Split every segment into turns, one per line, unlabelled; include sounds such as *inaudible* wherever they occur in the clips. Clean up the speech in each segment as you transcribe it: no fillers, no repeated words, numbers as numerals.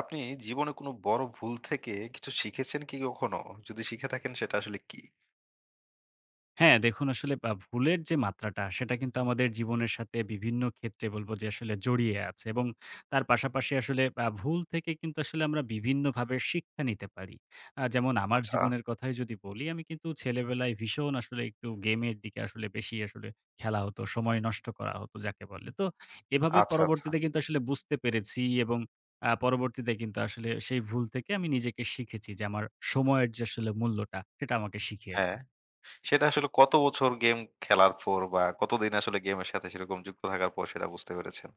আপনি জীবনে কোনো বড় ভুল থেকে কিছু শিখেছেন কি কখনো? যদি শিখে থাকেন সেটা আসলে কি?
হ্যাঁ, দেখুন আসলে ভুলের যে মাত্রাটা সেটা কিন্তু আমাদের জীবনের সাথে বিভিন্ন ক্ষেত্রে বলব যে আসলে জড়িয়ে আছে এবং তার পাশাপাশি আসলে ভুল থেকে কিন্তু আসলে আমরা বিভিন্নভাবে শিক্ষা নিতে পারি। যেমন আমার
আচ্ছা,
জীবনের কথাই যদি বলি, আমি কিন্তু ছেলেবেলায় ভীষণ আসলে একটু গেমের দিকে আসলে বেশি আসলে খেলা হতো, সময় নষ্ট করা হতো যাকে বলে। তো এভাবে
আচ্ছা, আচ্ছা।
পরবর্তীতে কিন্তু আসলে বুঝতে পেরেছি এবং পরবর্তীতে কিন্তু আসলে সেই ভুল থেকে আমি নিজেকে শিখেছি যে আমার সময়ের যে আসলে মূল্যটা সেটা আমাকে
হ্যাঁ,
শিখিয়েছে।
সেটা আসলে কত বছর গেম খেলার পর বা কতদিন আসলে গেমের সাথে সেরকম যুক্ত থাকার পর সেটা বুঝতে পেরেছেন?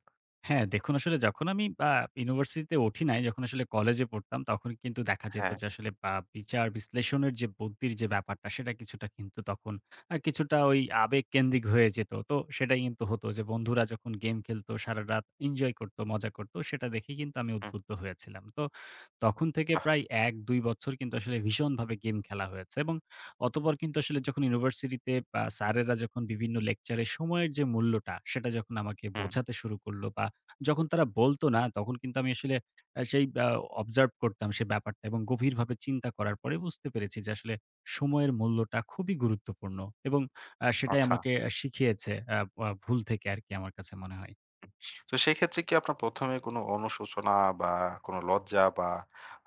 হ্যাঁ, দেখুন আসলে যখন আমি ইউনিভার্সিটিতে উঠি নাই, যখন আসলে কলেজে পড়তাম তখন কিন্তু দেখা যেত
হ্যাঁ,
যে আসলে বা বিচার বিশ্লেষণের যে বুদ্ধির যে ব্যাপারটা সেটা কিছুটা কিন্তু তখন কিছুটা ওই আবেগকেন্দ্রিক হয়ে যেত। তো সেটাই কিন্তু হতো যে বন্ধুরা যখন গেম খেলতো, সারারাত এনজয় করত, মজা করত সেটা দেখেই কিন্তু আমি
হুম,
উদ্বুদ্ধ হয়েছিলাম। তো তখন থেকে
বাহ!
প্রায় ১-২ বছর কিন্তু আসলে ভীষণভাবে গেম খেলা হয়েছে এবং অতপর কিন্তু আসলে যখন ইউনিভার্সিটিতে স্যারেরা যখন বিভিন্ন লেকচারে সময়ের যে মূল্যটা সেটা যখন আমাকে
হুম,
বোঝাতে শুরু করল বা যখন তারা বলত না, তখন কিন্তু আমি আসলে আ সেই আ অবজার্ভ করতাম সেই ব্যাপারটা এবং গভীরভাবে চিন্তা করার পরে বুঝতে পেরেছি যে আসলে সময়ের মূল্যটা খুবই গুরুত্বপূর্ণ এবং সেটাই
আচ্ছা।
আমাকে শিখিয়েছে আ আ ভুল থেকে আরকি আমার কাছে মনে হয়।
তো সেক্ষেত্রে কি আপনার ১ম এ কোনো অনুশোচনা বা কোনো লজ্জা বা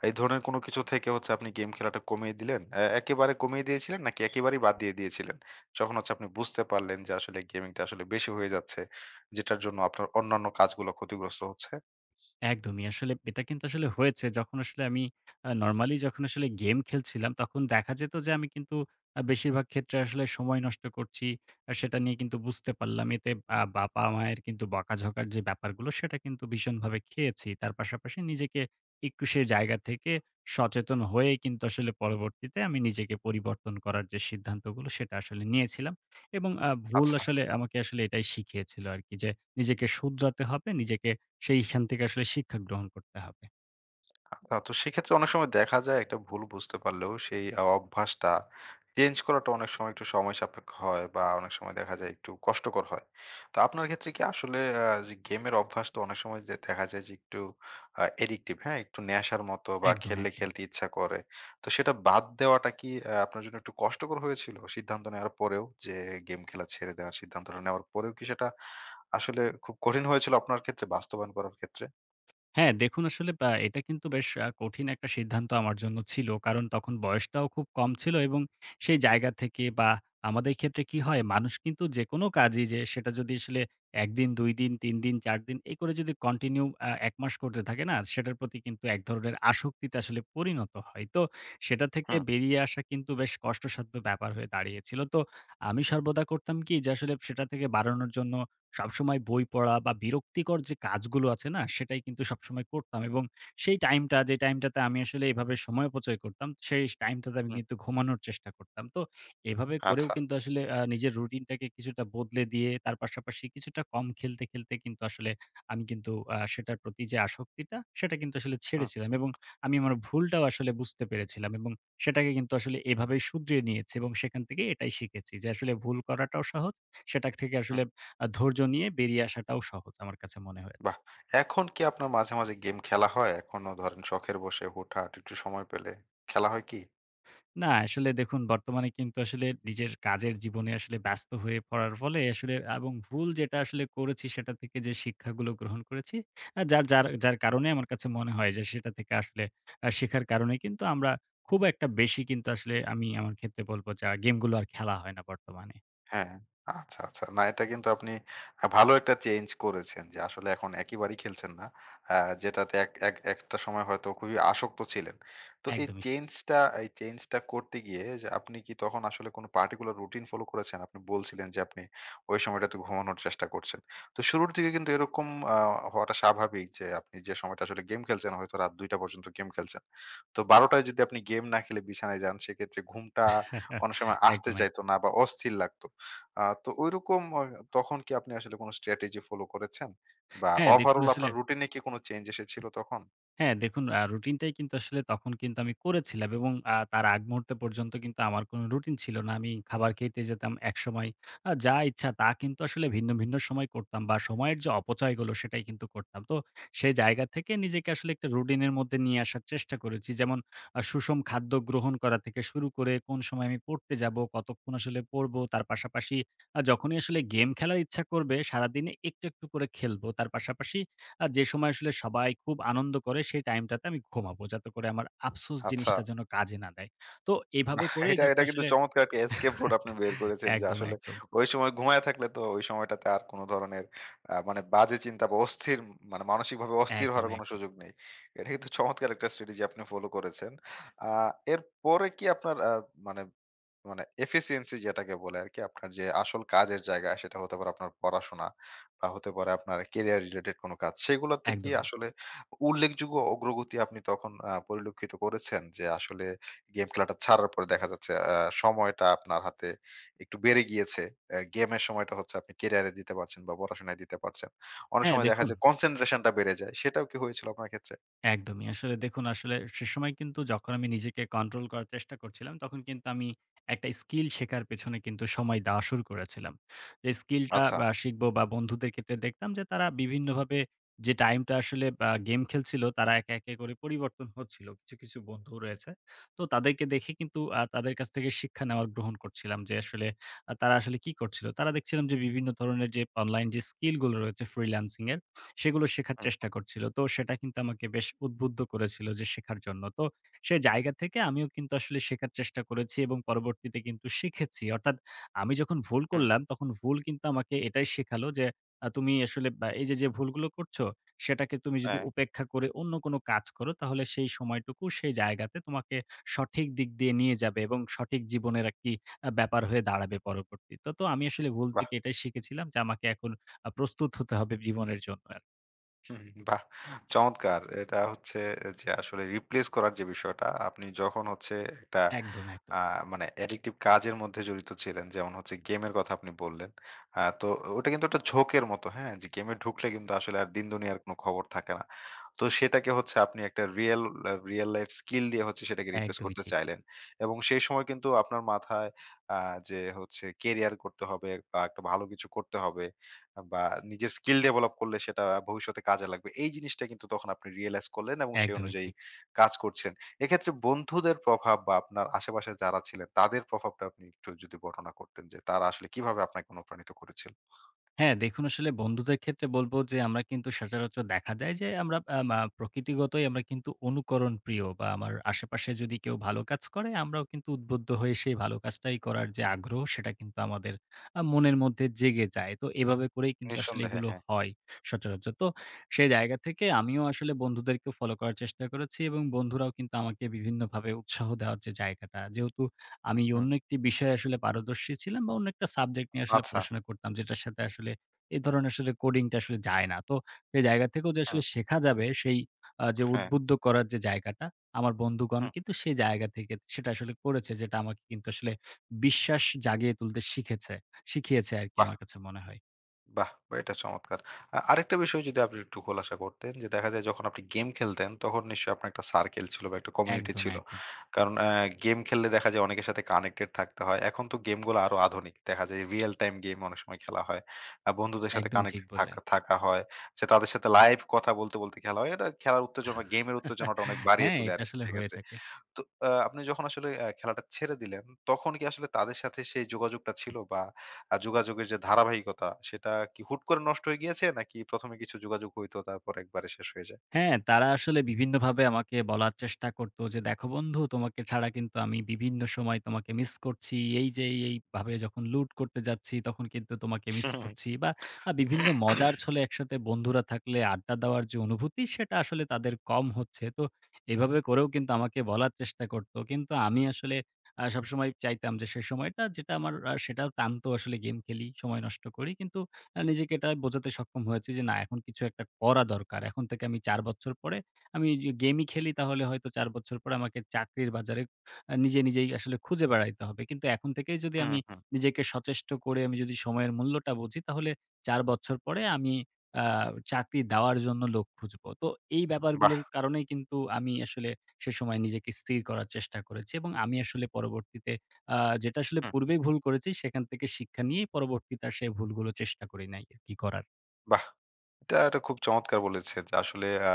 এই ধরনের কোনো কিছু থেকে হচ্ছে আপনি গেম খেলাটা কমিয়ে দিলেন? একেবারে কমিয়ে দিয়েছিলেন নাকি একেবারেই বাদ দিয়ে দিয়েছিলেন? যখন হচ্ছে আপনি বুঝতে পারলেন যে আসলে গেমিংটা আসলে বেশি হয়ে যাচ্ছে, যেটার জন্য আপনার অন্যান্য কাজগুলো ক্ষতিগ্রস্ত হচ্ছে?
একদমই। আসলে এটা কিন্তু আসলে হয়েছে যখন আসলে আমি নরমালি যখন আসলে গেম খেলছিলাম তখন দেখা যেত যে আমি কিন্তু বেশিরভাগ ক্ষেত্রে আসলে সময় নষ্ট করছি। সেটা নিয়ে কিন্তু বুঝতে পারলাম। এতে বাবা-মায়ের কিন্তু বকাঝকার যে ব্যাপারগুলো সেটা কিন্তু ভীষণভাবে খেয়েছি। তার পাশাপাশি নিজেকে একটু সে জায়গা থেকে সচেতন হয়ে কিন্তু আসলে পরবর্তীতে আমি নিজেকে পরিবর্তন করার যে সিদ্ধান্তগুলো সেটা আসলে নিয়েছিলাম। এবং ভুল
আচ্ছা।
আসলে আমাকে আসলে এটাই শিখিয়েছিল আরকি যে নিজেকে শুধরাতে হবে, নিজেকে সেইখান থেকে আসলে শিক্ষা গ্রহণ করতে হবে।
আচ্ছা, তো সেক্ষেত্রে অনেক সময় দেখা যায় একটা ভুল বুঝতে পারলেও সেই অভ্যাসটা চেঞ্জ করাটা অনেক সময় একটু সময় সাপেক্ষ হয় বা অনেক সময় দেখা যায় একটু কষ্টকর হয়। তো আপনার ক্ষেত্রে কি আসলে যে গেমের অভ্যাস তো অনেক সময় যে দেখা যায় যে একটু অ্যাডিকটিভ, হ্যাঁ? একটু নেশার মতো বা
একদম,
খেললে
একদম।
খেলতে ইচ্ছা করে। তো সেটা বাদ দেওয়াটা কি আপনার জন্য একটু কষ্টকর হয়েছিল? সিদ্ধান্ত নেওয়ার পরেও যে গেম খেলা ছেড়ে দেওয়ার সিদ্ধান্তটা নেওয়ার পরেও কি সেটা আসলে খুব কঠিন হয়েছিল আপনার ক্ষেত্রে বাস্তবায়ন করার ক্ষেত্রে?
হ্যাঁ, দেখুন আসলে বা এটা কিন্তু বেশ কঠিন একটা সিদ্ধান্ত আমার জন্য ছিল। কারণ তখন বয়সটাও খুব কম ছিল এবং সেই জায়গা থেকে বা আমাদের ক্ষেত্রে কি হয় মানুষ কিন্তু যেকোনো কাজই যে সেটা যদি আসলে ১ দিন, ২ দিন, ৩ দিন, ৪ দিন এই করে যদি কন্টিনিউ ১ মাস করতে থাকে না সেটার প্রতি কিন্তু এক ধরনের আসক্তিতে আসলে পরিণত হয়। তো সেটা থেকে
হুম,
বেরিয়ে আসা কিন্তু বেশ কষ্টসাধ্য ব্যাপার হয়ে দাঁড়িয়েছিল। তো আমি সর্বদা করতাম কি যে আসলে সেটা থেকে বাড়ানোর জন্য সবসময় বই পড়া বা বিরক্তিকর যে কাজগুলো আছে না, সেটাই কিন্তু সবসময় করতাম এবং সেই টাইমটা যে টাইমটাতে আমি আসলে এভাবে সময় অপচয় করতাম, সেই টাইমটাতে আমি
হুম।
কিন্তু ঘুমানোর চেষ্টা করতাম। তো এভাবে করেও
আচ্ছা।
কিন্তু আসলে নিজের রুটিনটাকে কিছুটা বদলে দিয়ে তার পাশাপাশি কিছুটা কম খেলতে, খেলতে কিন্তু আসলে আমি কিন্তু সেটার প্রতি যে আসক্তিটা, সেটা কিন্তু আসলে
হুম,
ছেড়েছিলাম এবং আমি আমার ভুলটাও আসলে বুঝতে পেরেছিলাম এবং সেটাকে কিন্তু আসলে এভাবেই শুধরিয়ে নিয়েছি এবং সেখান থেকে এটাই শিখেছি যে আসলে ভুল করাটাও সহজ, সেটা থেকে
হুম।
আসলে ধৈর্য নিয়ে বেরিয়ে আসাটাও সহজ আমার কাছে মনে হয়েছে।
বাহ! এখন কি আপনার মাঝে, মাঝে গেম খেলা হয়? এখনো ধরেন শখের বশে হুটহাট একটু সময় পেলে খেলা হয় কি?
না আসলে দেখুন বর্তমানে কিন্তু আসলে নিজের কাজের জীবনে আসলে ব্যস্ত হয়ে পড়ার ফলে আসলে এবং ভুল যেটা আসলে করেছি সেটা থেকে যে শিক্ষাগুলো গ্রহণ করেছি, আ যার যার যার কারণে আমার কাছে মনে হয় যে সেটা থেকে আসলে শেখার কারণে কিন্তু আমরা খুব একটা বেশি কিন্তু আসলে আমি আমার ক্ষেত্রে বলব যে গেমগুলো আর খেলা হয় না বর্তমানে।
হ্যাঁ, আচ্ছা, আচ্ছা। না এটা কিন্তু আপনি ভালো একটা চেঞ্জ করেছেন যে আসলে এখন একেবারেই খেলছেন না। আ যেটাতে এক এক একটা সময় হয়তো খুবই আসক্ত ছিলেন। তো
একদমই ঠিক।
এই চেঞ্জটা করতে গিয়ে যে আপনি কি তখন আসলে কোনো পার্টিকুলার রুটিন ফলো করেছেন? আপনি বলছিলেন যে আপনি ওই সময়টাতে ঘুমানোর চেষ্টা করছেন। তো শুরুর দিকে কিন্তু এরকম আ হওয়াটা স্বাভাবিক যে আপনি যে সময়টা আসলে গেম খেলছেন হয়তো রাত ২:০০ পর্যন্ত গেম খেলছেন। তো ১২ টায় যদি আপনি গেম না খেলে বিছানায় যান সেক্ষেত্রে ঘুমটা
*laughs*
অনেক সময় আসতে
একদম এক
চাইতো না বা অস্থির লাগতো। তো ঐরকম তখন কি আপনি আসলে কোন স্ট্র্যাটেজি ফলো করেছেন? বা
হ্যাঁ, দেখুন
ওভারঅল
আসলে
আপনার রুটিন এ কি কোন চেঞ্জ এসেছিল তখন?
হ্যাঁ, দেখুন রুটিনটাই কিন্তু আসলে তখন কিন্তু আমি করেছিলাম এবং তার আগ মুহূর্ত পর্যন্ত কিন্তু আমার কোনো রুটিন ছিল না। আমি খাবার খেতে যেতাম একসময়। যা ইচ্ছা তা কিন্তু আসলে ভিন্ন, ভিন্ন সময় করতাম বা সময়ের যে অপচয়গুলো সেটাই কিন্তু করতাম। তো সেই জায়গা থেকে নিজেকে আসলে একটা রুটিনের মধ্যে নিয়ে আসার চেষ্টা করেছি। যেমন সুষম খাদ্য গ্রহণ করা থেকে শুরু করে কোন সময় আমি পড়তে যাবো, কতক্ষণ আসলে পড়বো। তার পাশাপাশি যখনই আসলে গেম খেলার ইচ্ছা করবে সারাদিনে একটু, একটু করে খেলবো। তার পাশাপাশি আর যে সময় আসলে সবাই খুব আনন্দ করে সেই টাইমটাতে আমি ঘুমাবো। যাতে করে আমার আফসোস
আচ্ছা।
জিনিসটা যেন কাজে না দেয়। তো এভাবে
বাহ!
করেই
এটা
যখন
এটা কিন্তু
আসলে
চমৎকার একটা এসকেপ রুট আপনি
*laughs*
বের করেছেন যে
একদম,
আসলে
একদম,
ওই সময় ঘুমায়ে থাকলে তো ওই সময়টাতে আর কোন ধরনের মানে বাজে চিন্তা বা অস্থির মানে মানসিকভাবে অস্থির হওয়ার
একদম,
কোন
একদম,
সুযোগ নেই। এটা কিন্তু চমৎকার একটা স্ট্র্যাটেজি আপনি ফলো করেছেন। আ এরপরে কি আপনার মানে মানে এফিসিয়েন্সি যেটাকে বলে আরকি আপনার যে আসল কাজের জায়গা সেটা হতে পারে আপনার পড়াশোনা বা হতে পারে আপনার কেরিয়ার রিলেটেড কোনো কাজ। সেগুলাতে কি
একদমই।
আসলে উল্লেখযোগ্য অগ্রগতি আপনি তখন পরিলক্ষিত করেছেন? যে আসলে গেম খেলাটা ছাড়ার পরে দেখা যাচ্ছে সময়টা আপনার হাতে একটু বেড়ে গিয়েছে। গেমের সময়টা হচ্ছে আপনি কেরিয়ারে দিতে পারছেন বা পড়াশোনায় দিতে পারছেন। অনেক
হ্যাঁ,
সময় দেখা
দেখুন
যায় কনসেনট্রেশনটা বেড়ে যায়। সেটাও কি হয়েছিল আপনার ক্ষেত্রে?
একদমই। আসলে দেখুন, আসলে সেসময় কিন্তু যখন আমি নিজেকে কন্ট্রোল করার চেষ্টা করছিলাম, তখন কিন্তু আমি একটা স্কিল শেখার পেছনে কিন্তু সময় দেওয়া শুরু করেছিলাম। যে স্কিলটা
আচ্ছা।
শিখবো বা বন্ধুদের ক্ষেত্রে দেখতাম যে তারা বিভিন্নভাবে যে টাইমটা আসলে গেম খেলছিল, তারা একে, একে করে পরিবর্তন হচ্ছিল। কিছু, কিছু বন্ধু রয়েছে। তো তাদেরকে দেখে কিন্তু তাদের কাছ থেকে শিক্ষা নেওয়ার গ্রহণ করছিলাম যে আসলে তারা আসলে কি করছিল? তারা দেখছিলাম যে বিভিন্ন ধরনের যে অনলাইন যে স্কিলগুলো রয়েছে ফ্রিল্যান্সিং এর, সেগুলো শেখার
হুম,
চেষ্টা করছিল। তো সেটা কিন্তু আমাকে বেশ উদ্বুদ্ধ করেছিল যে শেখার জন্য। তো সে জায়গা থেকে আমিও কিন্তু আসলে শেখার চেষ্টা করেছি এবং পরবর্তীতে কিন্তু শিখেছি। অর্থাৎ আমি যখন ভুল
হুম।
করলাম তখন ভুল কিন্তু আমাকে এটাই শেখালো যে তুমি আসলে বা এই যে, যে ভুলগুলো করছো সেটাকে তুমি যদি
হ্যাঁ।
উপেক্ষা করে অন্য কোনো কাজ করো তাহলে সেই সময়টুকু সেই জায়গাতে তোমাকে সঠিক দিক দিয়ে নিয়ে যাবে এবং সঠিক জীবনের একটি ব্যাপার হয়ে দাঁড়াবে পরবর্তীতে। তো তো আমি আসলে ভুল
বাহ!
থেকে এটাই শিখেছিলাম যে আমাকে এখন প্রস্তুত হতে হবে জীবনের জন্য আরকি।
হুম, বাহ! চমৎকার। এটা হচ্ছে যে আসলে রিপ্লেস করার যে বিষয়টা, আপনি যখন হচ্ছে একটা
একদম, একদম।
আ মানে অ্যাডিকটিভ কাজের মধ্যে জড়িত ছিলেন, যেমন হচ্ছে গেমের কথা আপনি বললেন। তো ওটা কিন্তু একটা ঝোঁকের মতো, হ্যাঁ? যে গেমে ঢুকলে কিন্তু আসলে আর দিন দুনিয়ার কোনো খবর থাকে না। তো সেটাকে হচ্ছে আপনি একটা রিয়েল রিয়েল লাইফ স্কিল দিয়ে হচ্ছে সেটাকে রিপ্লেস
একদমই
করতে
ঠিক,
চাইলেন। এবং সেই সময় কিন্তু আপনার মাথায় আ যে হচ্ছে কেরিয়ার করতে হবে বা একটা ভালো কিছু করতে হবে বা নিজের স্কিল ডেভেলপ করলে সেটা ভবিষ্যতে কাজে লাগবে। এই জিনিসটা কিন্তু তখন আপনি রিয়ালাইজ করলেন এবং সেই
একদমই
অনুযায়ী
ঠিক।
কাজ করছেন। এক্ষেত্রে বন্ধুদের প্রভাব বা আপনার আশেপাশে যারা ছিলেন তাদের প্রভাবটা আপনি একটু যদি বর্ণনা করতেন যে তারা আসলে কিভাবে আপনাকে অনুপ্রাণিত করেছিল?
হ্যাঁ, দেখুন আসলে বন্ধুদের ক্ষেত্রে বলব যে আমরা কিন্তু সচরাচর দেখা যায় যে আমরা আম, আ মা প্রকৃতিগতই আমরা কিন্তু অনুকরণ প্রিয় বা আমার আশেপাশে যদি কেউ ভালো কাজ করে আমরাও কিন্তু উদ্বুদ্ধ হয়ে সেই ভালো কাজটাই করার যে আগ্রহ সেটা কিন্তু আমাদের মনের মধ্যে জেগে যায়। তো এভাবে করেই কিন্তু আসলে
নিঃসন্দেহে,
এগুলো
হ্যাঁ।
হয় সচরাচর। তো সেই জায়গা থেকে আমিও আসলে বন্ধুদেরকে ফলো করার চেষ্টা করেছি এবং বন্ধুরাও কিন্তু আমাকে বিভিন্নভাবে উৎসাহ দেওয়ার যে জায়গাটা যেহেতু আমি
হুম,
অন্য একটি বিষয়ে আসলে পারদর্শী ছিলাম বা অন্য একটা সাবজেক্ট নিয়ে আসলে
আচ্ছা।
পড়াশোনা করতাম যেটার সাথে আসলে এই ধরনের আসলে কোডিংটা আসলে যায় না। তো সেই জায়গা থেকেও যে
হুম,
আসলে শেখা যাবে সেই যে
হ্যাঁ,
উদ্বুদ্ধ করার যে জায়গাটা, আমার বন্ধুগণ
হুম।
কিন্তু সেই জায়গা থেকে সেটা আসলে করেছে যেটা আমাকে কিন্তু আসলে বিশ্বাস জাগিয়ে তুলতে শিখেছে শিখিয়েছে আরকি আমার কাছে মনে হয়।
বাহ! বা এটা চমৎকার। আরেকটা বিষয় যদি আপনি একটু খোলাসা করতেন যে দেখা যায় যখন আপনি গেম খেলতেন তখন নিশ্চয়ই আপনার একটা সার্কেল ছিল বা একটা কমিউনিটি
একদম,
ছিল।
একদম।
কারণ গেম খেললে দেখা যায় অনেকের সাথে কানেক্টেড থাকতে হয়। এখন তো গেমগুলো আরো আধুনিক। দেখা যায় রিয়াল টাইম গেম অনেক সময় খেলা হয়। বন্ধুদের সাথে
একদমই ঠিক
কানেক্টেড
বললেন।
থাকা থাকা হয়। যে তাদের সাথে লাইভ কথা বলতে, বলতে খেলা হয়। এটা খেলার উত্তেজনা গেমের উত্তেজনাটা অনেক
*laughs*
বাড়িয়ে
হ্যাঁ,
তোলে
এটা
আরকি
আসলে হয়ে
সেক্ষেত্রে।
থাকে।
তো আপনি যখন আসলে খেলাটা ছেড়ে দিলেন, তখন কি আসলে তাদের সাথে সেই যোগাযোগটা ছিল? বা যোগাযোগের যে ধারাবাহিকতা, সেটা কি হুট করে নষ্ট হয়ে গিয়েছে? নাকি ১ম এ কিছু যোগাযোগ হইতো, তারপর একবারে শেষ হয়ে যায়?
হ্যাঁ, তারা আসলে বিভিন্নভাবে আমাকে বলার চেষ্টা করত যে, "দেখো বন্ধু তোমাকে ছাড়া কিন্তু আমি বিভিন্ন সময় তোমাকে মিস করছি। এই যে এই, এইভাবে যখন লুট করতে যাচ্ছি তখন কিন্তু তোমাকে মিস
হুম,
করছি।" বা বিভিন্ন মজার ছলে একসাথে বন্ধুরা থাকলে আড্ডা দেওয়ার যে অনুভূতি সেটা আসলে তাদের কম হচ্ছে। তো এভাবে করেও কিন্তু আমাকে বলার চেষ্টা করত। কিন্তু আমি আসলে সবসময় চাইতাম যে সে সময়টা যেটা আমার সেটাও টানতো আসলে গেম খেলি, সময় নষ্ট করি। কিন্তু নিজেকে এটা বোঝাতে সক্ষম হয়েছি যে, না এখন কিছু একটা করা দরকার। এখন থেকে আমি ৪ বছর পরে আমি যে গেমই খেলি তাহলে হয়তো ৪ বছর পরে আমাকে চাকরির বাজারে নিজে নিজেই আসলে খুঁজে বেড়াইতে হবে। কিন্তু এখন থেকেই যদি
হুম,
আমি
হুম,
নিজেকে সচেষ্ট করে আমি যদি সময়ের মূল্যটা বুঝি তাহলে ৪ বছর পরে আমি আ চাকরি দেওয়ার জন্য লোক খুঁজবো। তো এই
বাহ!
ব্যাপারগুলোর কারণেই কিন্তু আমি আসলে সে সময় নিজেকে স্থির করার চেষ্টা করেছি এবং আমি আসলে পরবর্তীতে আ যেটা আসলে
হুম।
পূর্বেই ভুল করেছি সেখান থেকে শিক্ষা নিয়েই পরবর্তীতে আর সেই ভুলগুলো চেষ্টা করি নাই আরকি করার।
বাহ! এটা এটা খুব চমৎকার বলেছেন যে আসলে আ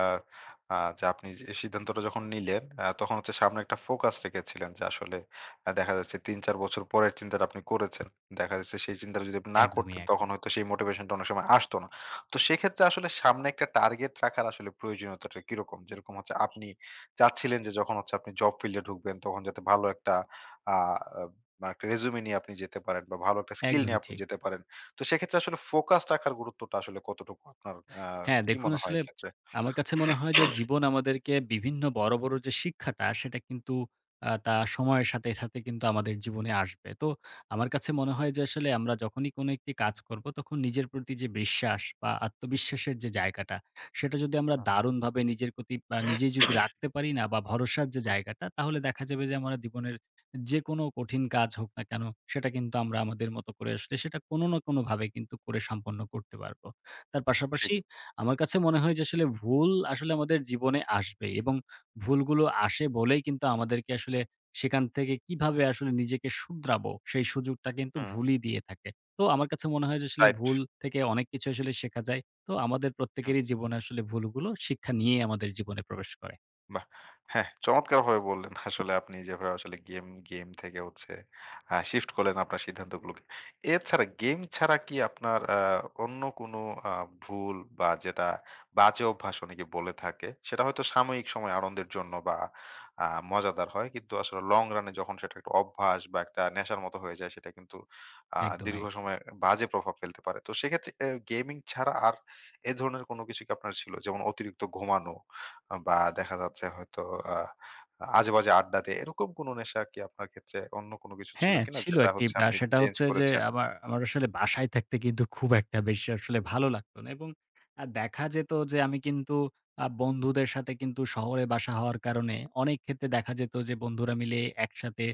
আ যে আপনি যে সিদ্ধান্তটা যখন নিলেন তখন হচ্ছে সামনে একটা ফোকাস রেখেছিলেন যে আসলে দেখা যাচ্ছে ৩-৪ বছর পরের চিন্তাটা আপনি করেছেন। দেখা যাচ্ছে সেই চিন্তাটা যদি আপনি না
একদমই,
করতেন
একদম।
তখন হয়তো সেই মোটিভেশনটা অনেক সময় আসতো না। তো সেক্ষেত্রে আসলে সামনে একটা টার্গেট রাখার আসলে প্রয়োজনীয়তাটা কিরকম? যেরকম হচ্ছে আপনি চাচ্ছিলেন যে যখন হচ্ছে আপনি জব ফিল্ডে ঢুকবেন তখন যাতে ভালো একটা আ আ মানে একটা রেজুমে নিয়ে আপনি যেতে পারেন বা ভালো একটা স্কিল নিয়ে
একদমই
আপনি
ঠিক।
যেতে পারেন। তো সেক্ষেত্রে আসলে ফোকাস রাখার গুরুত্বটা আসলে কতটুকু আপনার
হ্যাঁ,
কি
দেখুন
মনে হয়
আসলে
এক্ষেত্রে?
আমার কাছে মনে হয় যে জীবন আমাদেরকে বিভিন্ন বড়, বড় যে শিক্ষাটা সেটা কিন্তু আ তা সময়ের সাথে, সাথে কিন্তু আমাদের জীবনে আসবে। তো আমার কাছে মনে হয় যে আসলে আমরা যখনই কোনো একটি কাজ করব তখন নিজের প্রতি যে বিশ্বাস বা আত্মবিশ্বাসের যে জায়গাটা সেটা যদি আমরা
হুম,
দারুণভাবে নিজের প্রতি বা নিজেই যদি রাখতে পারি না বা ভরসার যে
হুম,
জায়গাটা তাহলে দেখা যাবে যে আমরা জীবনের যেকোনো কঠিন কাজ হোক না কেন সেটা কিন্তু আমরা আমাদের মতো করে আসলে সেটা কোনো না কোনোভাবে কিন্তু করে সম্পন্ন করতে পারব। তার
ঠিক।
পাশাপাশি আমার কাছে মনে হয় যে আসলে ভুল আসলে আমাদের জীবনে আসবে এবং ভুলগুলো আসে বলেই কিন্তু আমাদেরকে আসলে সেখান থেকে কিভাবে আসলে নিজেকে শুধরাবো সেই সুযোগটা কিন্তু
হুম।
ভুলই দিয়ে থাকে। তো আমার কাছে মনে হয় যে আসলে
রাইট।
ভুল থেকে অনেক কিছু আসলে শেখা যায়। তো আমাদের প্রত্যেকেরই জীবনে আসলে ভুলগুলো শিক্ষা নিয়ে আমাদের জীবনে প্রবেশ করে।
বাহ! হ্যাঁ, চমৎকারভাবে বললেন আসলে আপনি যেভাবে আসলে গেম থেকে হচ্ছে শিফট করলেন আপনার সিদ্ধান্তগুলোকে। এছাড়া গেম ছাড়া কি আপনার অন্য কোনো আ ভুল বা যেটা বাজে অভ্যাস অনেকে বলে থাকে, সেটা হয়তো সাময়িক সময় আনন্দের জন্য বা মজাদার হয়। কিন্তু আসলে লং রান এ যখন সেটা একটা অভ্যাস বা একটা নেশার মতো হয়ে যায় সেটা কিন্তু আ
একদম,
দীর্ঘ
এক
সময় বাজে প্রভাব ফেলতে পারে। তো সেক্ষেত্রে গেমিং ছাড়া আর ধরনের কোনো কিছু কি আপনার ছিল? যেমন অতিরিক্ত ঘুমানো বা দেখা যাচ্ছে হয়তো আ আজেবাজে আড্ডা দেয়া। এরকম কোনো নেশা কি আপনার ক্ষেত্রে অন্য কোনো কিছু ছিল
হ্যাঁ,
কিনা?
ছিল
যেটা
একটি
হচ্ছে আপনি
সেটা
চেঞ্জ
হচ্ছে যে
করেছেন?
আমার আমার আসলে বাসায় থাকতে কিন্তু খুব একটা বেশি আসলে ভালো লাগতো না এবং দেখা যেত যে আমি কিন্তু বন্ধুদের সাথে কিন্তু শহরে বাসা হওয়ার কারণে অনেক ক্ষেত্রে দেখা যেত যে বন্ধুরা মিলে একসাথে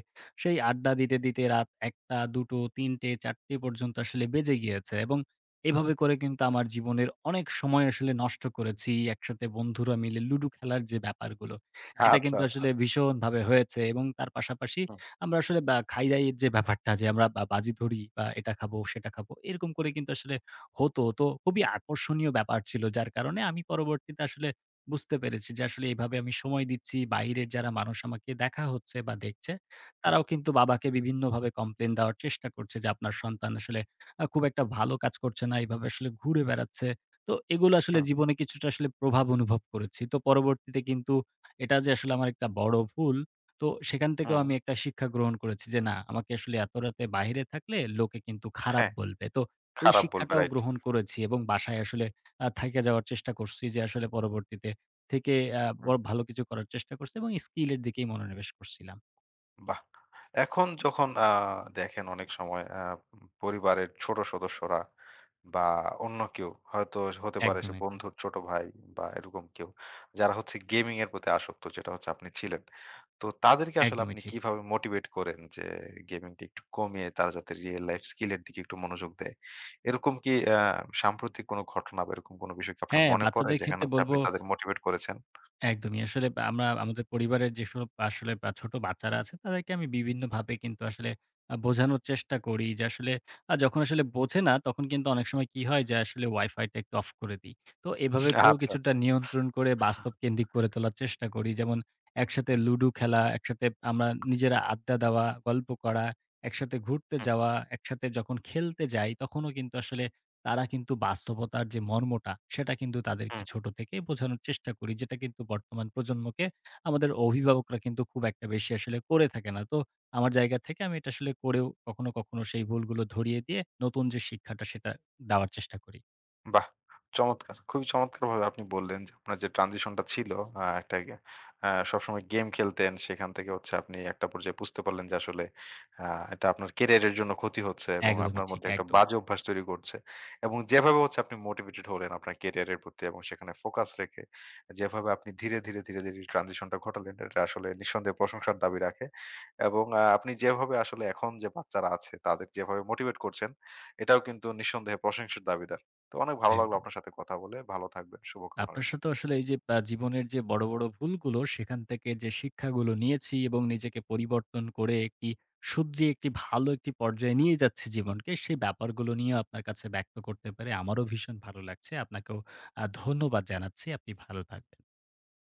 সেই আড্ডা দিতে, দিতে রাত ১টা, ২টো, ৩টে, ৪টে পর্যন্ত আসলে বেজে গিয়েছে এবং এভাবে করে কিন্তু আমার জীবনের অনেক সময় আসলে নষ্ট করেছি। একসাথে বন্ধুরা মিলে লুডু খেলার যে ব্যাপারগুলো, সেটা
আচ্ছা,
কিন্তু
আচ্ছা।
আসলে ভীষণভাবে হয়েছে এবং তার পাশাপাশি
হুম,
আমরা আসলে বা খাই-দাইয়ের যে ব্যাপারটা যে আমরা বা বাজি ধরি বা এটা খাবো, সেটা খাবো। এরকম করে কিন্তু আসলে হতো। তো খুবই আকর্ষণীয় ব্যাপার ছিল। যার কারণে আমি পরবর্তীতে আসলে বুঝতে পেরেছি যে আসলে এভাবে আমি সময় দিচ্ছি। বাইরের যারা মানুষ আমাকে দেখা হচ্ছে বা দেখছে,
হুম,
তারাও কিন্তু
হুম,
বাবাকে বিভিন্নভাবে কমপ্লেইন দেওয়ার চেষ্টা করছে যে, "আপনার সন্তান আসলে খুব একটা ভালো কাজ করছে না। এভাবে আসলে ঘুরে বেড়াচ্ছে।" তো এগুলো আসলে
হুম,
জীবনে কিছুটা আসলে প্রভাব অনুভব করেছি। তো পরবর্তীতে কিন্তু এটা যে আসলে আমার একটা বড় ভুল তো সেখান থেকেও
হুম।
আমি একটা শিক্ষা গ্রহণ করেছি যে, না আমাকে আসলে এত রাতে বাহিরে থাকলে লোকে কিন্তু খারাপ
হ্যাঁ,
বলবে। তো এই
খারাপ বলবে
শিক্ষাটাও
রাইট।
গ্রহণ করেছি এবং বাসায় আসলে থাইকা যাওয়ার চেষ্টা করছি যে, আসলে পরবর্তীতে থেকে আ ব
হুম,
ভালো কিছু করার চেষ্টা করছি এবং স্কিল এর দিকেই মনোনিবেশ করছিলাম।
বাহ! এখন যখন দেখেন অনেক সময় পরিবারের ছোট সদস্যরা বা অন্য কেউ হয়তো হতে পারে
একদম,
সে
একদম।
বন্ধুর ছোট ভাই বা এরকম কেউ, যারা হচ্ছে গেমিং এর প্রতি আসক্ত যেটা হচ্ছে আপনি ছিলেন। তো তাদেরকে আসলে
একদমই
আপনি
ঠিক।
কিভাবে মোটিভেট করেন যে গেমিংটা একটু কমিয়ে তারা যাতে রিয়েল লাইফ স্কিল এর দিকে একটু মনোযোগ দেয়? এরকম কি সাম্প্রতিক কোনো ঘটনা বা এরকম কোনো বিষয় কি আপনার
হ্যাঁ,
মনে পড়ে
বাচ্চাদের
যেখানে
ক্ষেত্রে
হচ্ছে
বলব
আপনি তাদের মোটিভেট করেছেন?
একদমই। আসলে বা আমরা আমাদের পরিবারের যেসব আসলে বা ছোট বাচ্চারা আছে তাদেরকে আমি বিভিন্নভাবে কিন্তু আসলে বোঝানোর চেষ্টা করি যে আসলে যখন আসলে বোঝে না তখন কিন্তু অনেক সময় কি হয় যে আসলে Wi-Fi টা একটু অফ করে দিই। তো এভাবে হুম। করেও
আচ্ছা।
কিছুটা নিয়ন্ত্রণ করে বাস্তব কেন্দ্রিক করে তোলার চেষ্টা করি। যেমন একসাথে
হুম,
লুডু খেলা, একসাথে আমরা নিজেরা আড্ডা দেওয়া, গল্প করা, একসাথে ঘুরতে
হুম,
যাওয়া, একসাথে যখন খেলতে যাই তখনও কিন্তু আসলে তারা কিন্তু বাস্তবতার যে মর্মটা, সেটা কিন্তু
হুম।
তাদেরকে ছোট থেকেই বোঝানোর চেষ্টা করি। যেটা কিন্তু বর্তমান প্রজন্মকে আমাদের অভিভাবকরা কিন্তু খুব একটা বেশি আসলে করে থাকে না। তো আমার জায়গা থেকে আমি এটা আসলে করেও কখনো, কখনো সেই ভুলগুলো ধরিয়ে দিয়ে নতুন যে শিক্ষাটা সেটা দেওয়ার চেষ্টা করি।
বাহ! চমৎকার। খুবই চমৎকারভাবে আপনি বললেন যে আপনার যে transition টা ছিল আ একটা গে আ সবসময় গেম খেলতেন। সেখান থেকে হচ্ছে আপনি একটা পর্যায়ে বুঝতে পারলেন যে আসলে আ এটা আপনার ক্যারিয়ারের জন্য ক্ষতি হচ্ছে এবং
একদমই
আপনার
ঠিক।
মধ্যে একটা
একদম,
বাজে অভ্যাস তৈরি করছে। এবং যেভাবে হচ্ছে আপনি মোটিভেটেড হলেন আপনার ক্যারিয়ারের প্রতি এবং সেখানে ফোকাস রেখে যেভাবে আপনি ধীরে, ধীরে, ধীরে, ধীরে transition টা ঘটালেন এটা আসলে নিঃসন্দেহে প্রশংসার দাবি রাখে। এবং আপনি যেভাবে আসলে এখন যে বাচ্চারা আছে তাদের যেভাবে মোটিভেট করছেন এটাও কিন্তু নিঃসন্দেহে প্রশংসার দাবিদার। তো অনেক ভালো লাগলো
একদম।
আপনার সাথে কথা বলে। ভালো থাকবেন। শুভকামনা
আপনার
রইলো।
সাথে আসলে এই যে জীবনের যে বড়, বড় ভুলগুলো সেখান থেকে যে শিক্ষাগুলো নিয়েছি এবং নিজেকে পরিবর্তন করে একটি শুধরিয়ে একটি ভালো একটি পর্যায়ে নিয়ে যাচ্ছি জীবনকে, সেই ব্যাপারগুলো নিয়েও আপনার কাছে ব্যক্ত করতে পেরে আমারও ভীষণ ভালো লাগছে। আপনাকেও ধন্যবাদ জানাচ্ছি। আপনি ভালো থাকবেন।